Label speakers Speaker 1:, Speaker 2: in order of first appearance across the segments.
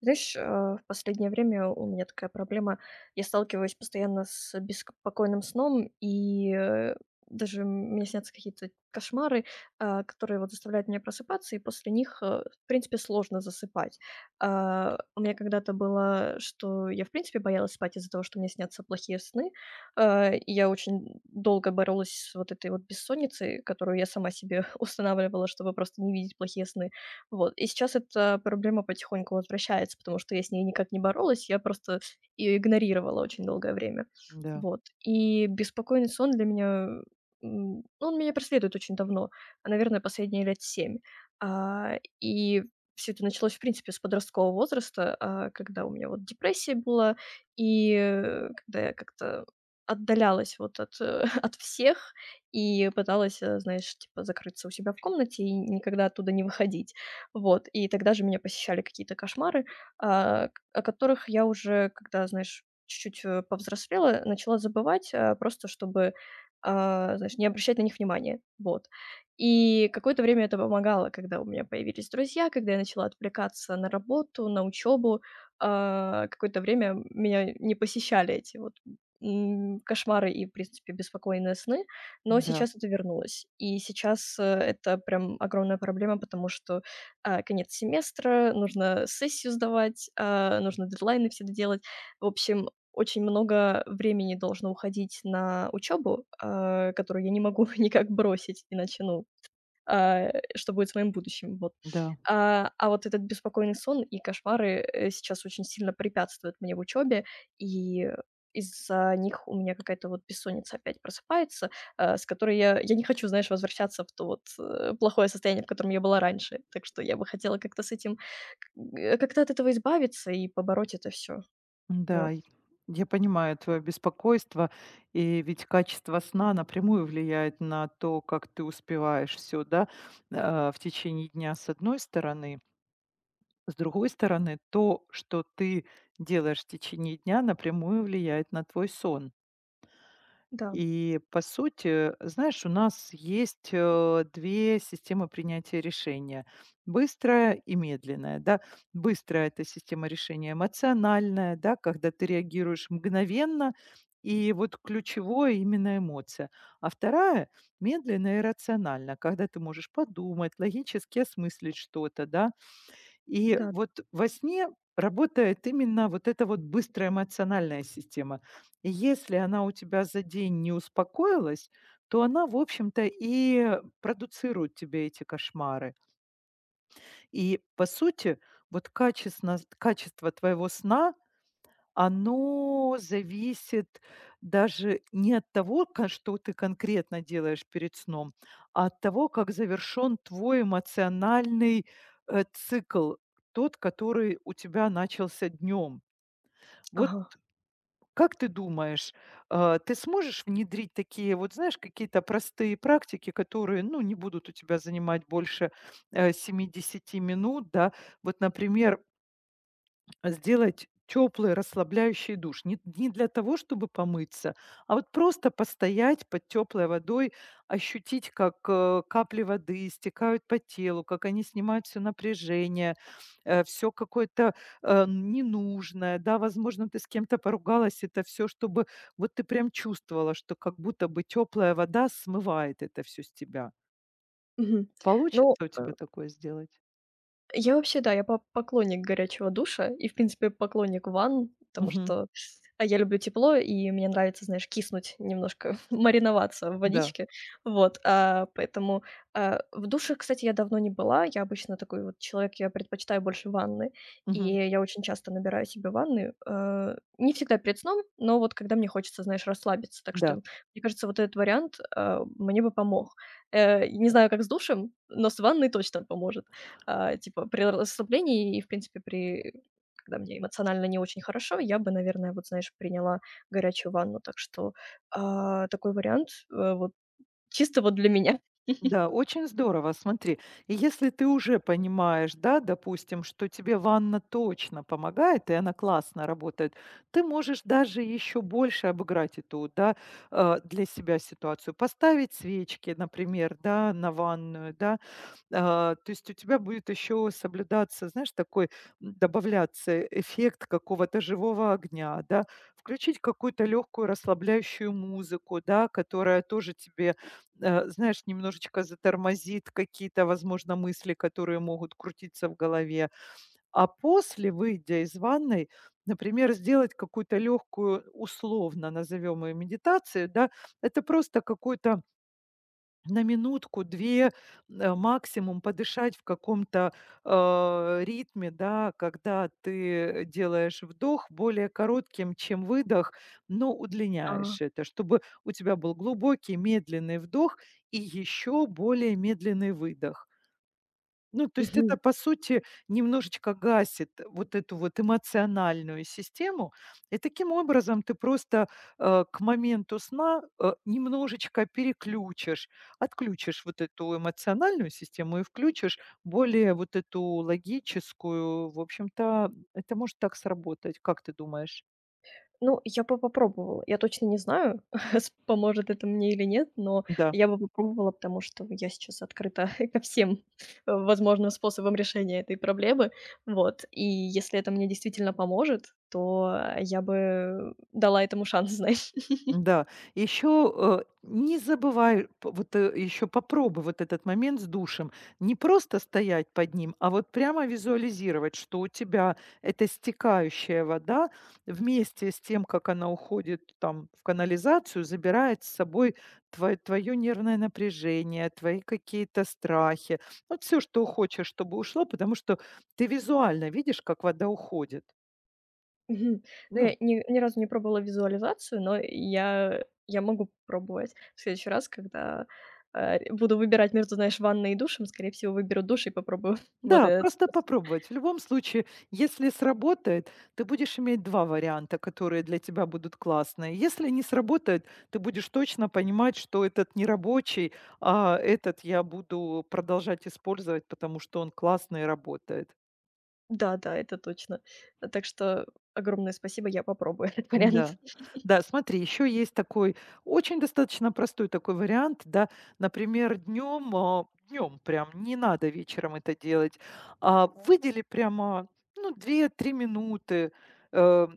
Speaker 1: Знаешь, в последнее время у меня такая проблема. Я сталкиваюсь постоянно с беспокойным сном, и даже мне снятся какие-то кошмары, которые вот заставляют меня просыпаться, и после них, в принципе, сложно засыпать. У меня когда-то было, что я, в принципе, боялась спать из-за того, что мне снятся плохие сны. И я очень долго боролась с вот этой вот бессонницей, которую я сама себе устанавливала, чтобы просто не видеть плохие сны. Вот. И сейчас эта проблема потихоньку возвращается, потому что я с ней никак не боролась, я просто ее игнорировала очень долгое время.
Speaker 2: Да,
Speaker 1: Вот. И беспокойный сон для меня, ну, он меня преследует очень давно, наверное, последние лет 7. И все это началось, в принципе, с подросткового возраста, когда у меня вот депрессия была, и, когда я как-то отдалялась вот от всех и пыталась, знаешь, типа закрыться у себя в комнате и никогда оттуда не выходить. Вот, и тогда же меня посещали какие-то кошмары, а, к о которых я уже, когда, знаешь, чуть-чуть, повзрослела, начала забывать, просто чтобы, знаешь, не обращать на них внимания. Вот. И какое-то время это помогало, когда у меня появились друзья, когда я начала отвлекаться на работу, на учебу. Какое-то время меня не посещали эти вот, кошмары и, в принципе, беспокойные сны, но
Speaker 2: да,
Speaker 1: сейчас это вернулось. И сейчас, это прям огромная проблема, потому что конец семестра, нужно сессию сдавать, нужно дедлайны все доделать. В общем, очень много времени должно уходить на учебу, которую я не могу никак бросить, иначе, ну, а, что будет с моим будущим, вот.
Speaker 2: да,
Speaker 1: А вот этот беспокойный сон и кошмары, сейчас очень сильно препятствуют мне в учебе, и из-за них у меня какая-то вот бессонница опять просыпается, с которой я не хочу, знаешь, возвращаться в то вот, плохое состояние, в котором я была раньше. Так что я бы хотела как-то с этим, как-то от этого избавиться и побороть это все. Вот.
Speaker 2: да. И Я понимаю твое беспокойство, и ведь качество сна напрямую влияет на то, как ты успеваешь все, да, в течение дня с одной стороны, с другой стороны, то, что ты делаешь в течение дня, напрямую влияет на твой сон.
Speaker 1: Да,
Speaker 2: И по сути, знаешь, у нас есть, 2 системы принятия решения: быстрая и медленная, да. Быстрая - это система решения эмоциональная, да, когда ты реагируешь мгновенно, и вот ключевое именно эмоция. А вторая - медленная и рациональная, когда ты можешь подумать, логически осмыслить что-то, да. И
Speaker 1: да.
Speaker 2: вот во сне работает именно вот эта вот быстрая эмоциональная система. И если она у тебя за день не успокоилась, то она, в общем-то, и продуцирует тебе эти кошмары. И, по сути, вот качество, качество твоего сна оно зависит даже не от того, ка что ты конкретно делаешь перед сном, а от того, как завершен твой эмоциональный, цикл, тот, который у тебя начался днем. Вот
Speaker 1: Ага.
Speaker 2: как ты думаешь, ты сможешь внедрить такие вот, знаешь, какие-то простые практики, которые, ну, не будут у тебя занимать больше, 7 минут, да? Вот, например, а сделать теплый расслабляющий душ. Не для того, чтобы помыться, а вот просто постоять под теплой водой, ощутить, как, капли воды стекают по телу, как они снимают все напряжение, все какое-то, ненужное. Да, возможно, ты с кем-то поругалась, это все, чтобы вот ты прям чувствовала, что как будто бы теплая вода смывает это все с тебя.
Speaker 1: Мгм. Ну,
Speaker 2: Получится у тебя такое сделать?
Speaker 1: я вообще, да, я по поклонник горячего душа и, в принципе, поклонник ванн, потому
Speaker 2: Мгм.
Speaker 1: что, я люблю тепло, и мне нравится, знаешь, киснуть немножко, мариноваться в
Speaker 2: Да.
Speaker 1: водичке. Вот, поэтому, в душе, кстати, я давно не была. Я обычно такой вот человек, я предпочитаю больше ванны, и
Speaker 2: Мгм.
Speaker 1: я очень часто набираю себе ванны. Э, не всегда перед сном, но вот когда мне хочется, знаешь, расслабиться. Так что,
Speaker 2: Да.
Speaker 1: мне кажется, вот этот вариант, мне бы помог. Не знаю, как с душем, но с ванной точно поможет. Типа при расслаблении и, в принципе, при когда мне эмоционально не очень хорошо, я бы, наверное, вот, знаешь, приняла горячую ванну. Так что, такой вариант, вот чисто вот для меня.
Speaker 2: Да, очень здорово. Смотри, и если ты уже понимаешь, да, допустим, что тебе ванна точно помогает, и она классно работает, ты можешь даже еще больше обыграть эту, да, для себя ситуацию. Поставить свечки, например, да, на ванную, да, а, то есть у тебя будет еще соблюдаться, знаешь, такой, добавляться эффект какого-то живого огня, да. Включить какую-то легкую расслабляющую музыку, да, которая тоже тебе, знаешь, немножечко затормозит какие-то, возможно, мысли, которые могут крутиться в голове. А после, выйдя из ванной, например, сделать какую-то легкую, условно назовем ее медитацию, да. Это просто какой-то на минутку, 2 максимум подышать в каком-то, ритме, да, когда ты делаешь вдох более коротким, чем выдох, но
Speaker 1: А,
Speaker 2: удлиняешь это, чтобы у тебя был глубокий медленный вдох и еще более медленный выдох. Ну, то есть это,
Speaker 1: Мгм.
Speaker 2: по сути, немножечко гасит вот эту вот эмоциональную систему. И таким образом ты просто, к моменту сна, немножечко переключишь, отключишь вот эту эмоциональную систему и включишь более вот эту логическую. В общем-то, это может так сработать. Как ты думаешь?
Speaker 1: Ну, я бы попробовала. Я точно не знаю, с поможет это мне или нет, но
Speaker 2: Да.
Speaker 1: я бы попробовала, потому что я сейчас открыта ко всем, возможным способам решения этой проблемы. Вот. И если это мне действительно поможет, то я бы дала этому шанс, знаешь.
Speaker 2: Да, еще, не забывай п вот, еще попробуй вот этот момент с душем. Не просто стоять под ним, а вот прямо визуализировать, что у тебя эта стекающая вода вместе с тем, как она уходит там в канализацию, забирает с собой твое нервное напряжение, твои какие-то страхи. Вот все, что хочешь, чтобы ушло, потому что ты визуально видишь, как вода уходит.
Speaker 1: Мгм. Ну,
Speaker 2: Ну.
Speaker 1: я ни разу не пробовала визуализацию, но я могу пробовать. В следующий раз, когда, буду выбирать между, знаешь, ванной и душем. Скорее всего, выберу душ и попробую вот
Speaker 2: Да,
Speaker 1: этот
Speaker 2: просто
Speaker 1: способ.
Speaker 2: попробовать. В любом случае, если сработает, ты будешь иметь 2 варианта, которые для тебя будут классные. Если не сработает, ты будешь точно понимать, что этот не рабочий, а этот я буду продолжать использовать, потому что он классный и работает.
Speaker 1: Да-да, это точно. Так что огромное спасибо, я попробую этот
Speaker 2: Да.
Speaker 1: вариант.
Speaker 2: Да, смотри, еще есть такой очень достаточно простой такой вариант, да. Например, днем, а, днем прям не надо вечером это делать, а выдели прямо, ну, две-три минуты, э,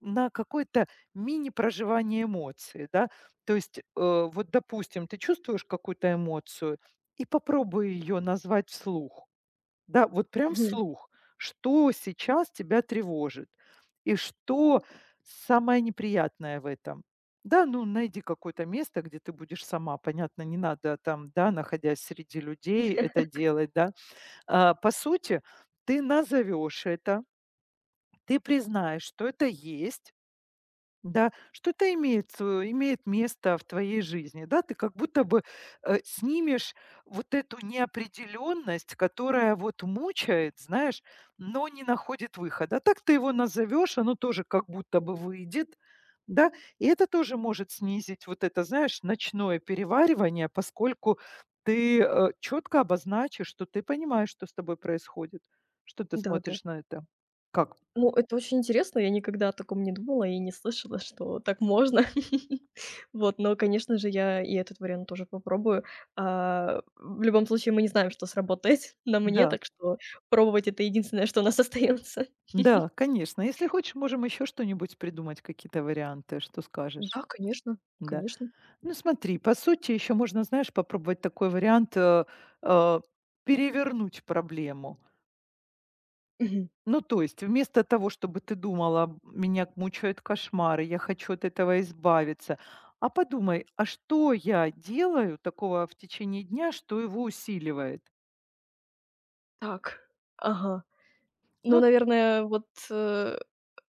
Speaker 2: на какое-то мини-проживание эмоций, да. То есть, вот, допустим, ты чувствуешь какую-то эмоцию и попробуй ее назвать вслух. Да, вот прям
Speaker 1: Мгм.
Speaker 2: вслух, что сейчас тебя тревожит и что самое неприятное в этом. Да, ну найди какое-то место, где ты будешь сама. Понятно, не надо там, да, находясь среди людей, это делать, да. А, по сути, ты назовешь это, ты признаешь, что это есть, да, что-то имеет свое имеет место в твоей жизни, да. Ты как будто бы, снимешь вот эту неопределенность, которая вот мучает, знаешь, но не находит выхода. А так ты его назовешь, оно тоже как будто бы выйдет, да. И это тоже может снизить вот это, знаешь, ночное переваривание, поскольку ты, четко обозначишь, что ты понимаешь, что с тобой происходит. Что ты
Speaker 1: Да-да.
Speaker 2: смотришь на это? Как?
Speaker 1: Ну, это очень интересно. Я никогда о таком не думала и не слышала, что так можно. Вот, но, конечно же, я и этот вариант тоже попробую. В любом случае, мы не знаем, что сработает на мне,
Speaker 2: Да.
Speaker 1: так что пробовать- это единственное, что у нас остается.
Speaker 2: Да, конечно. Если хочешь, можем еще что-нибудь придумать, какие-то варианты. Что скажешь?
Speaker 1: Да, конечно,
Speaker 2: Да.
Speaker 1: конечно.
Speaker 2: Ну смотри, по сути, еще можно, знаешь, попробовать такой вариант э, перевернуть проблему.
Speaker 1: Мгм.
Speaker 2: Ну, то есть, вместо того, чтобы ты думала, меня мучают кошмары, я хочу от этого избавиться, а подумай, а что я делаю такого в течение дня, что его усиливает?
Speaker 1: Так, ага. Ну,
Speaker 2: Ну,
Speaker 1: наверное, вот, э,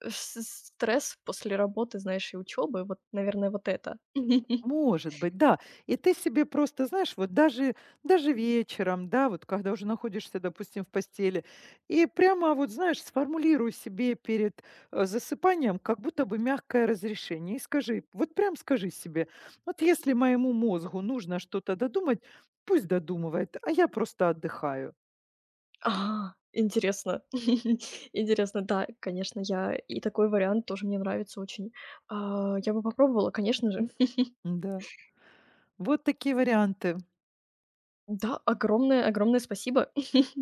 Speaker 1: с стресс после работы, знаешь, и учебы, вот, наверное, вот это.
Speaker 2: может быть, да. И ты себе просто, знаешь, вот даже, даже вечером, да, вот когда уже находишься, допустим, в постели, и прямо вот, знаешь, сформулируй себе перед засыпанием как будто бы мягкое разрешение. И скажи, вот прям скажи себе, вот если моему мозгу нужно что-то додумать, пусть додумывает, а я просто отдыхаю.
Speaker 1: Интересно. Интересно, да, конечно, я и такой вариант тоже мне нравится очень. Я бы попробовала, конечно же.
Speaker 2: Да. Вот такие варианты.
Speaker 1: Да, огромное огромное спасибо.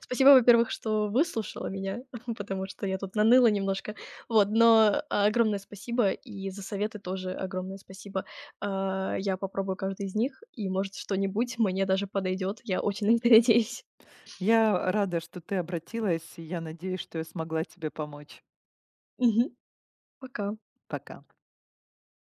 Speaker 1: Спасибо, во-первых, что выслушала меня, потому что я тут наныла немножко. Вот, но огромное спасибо и за советы тоже огромное спасибо. Я попробую каждый из них, и, может, что-нибудь мне даже подойдет. Я очень на это надеюсь.
Speaker 2: Я рада, что ты обратилась, и я надеюсь, что я смогла тебе помочь.
Speaker 1: Мгм. Пока.
Speaker 2: Пока.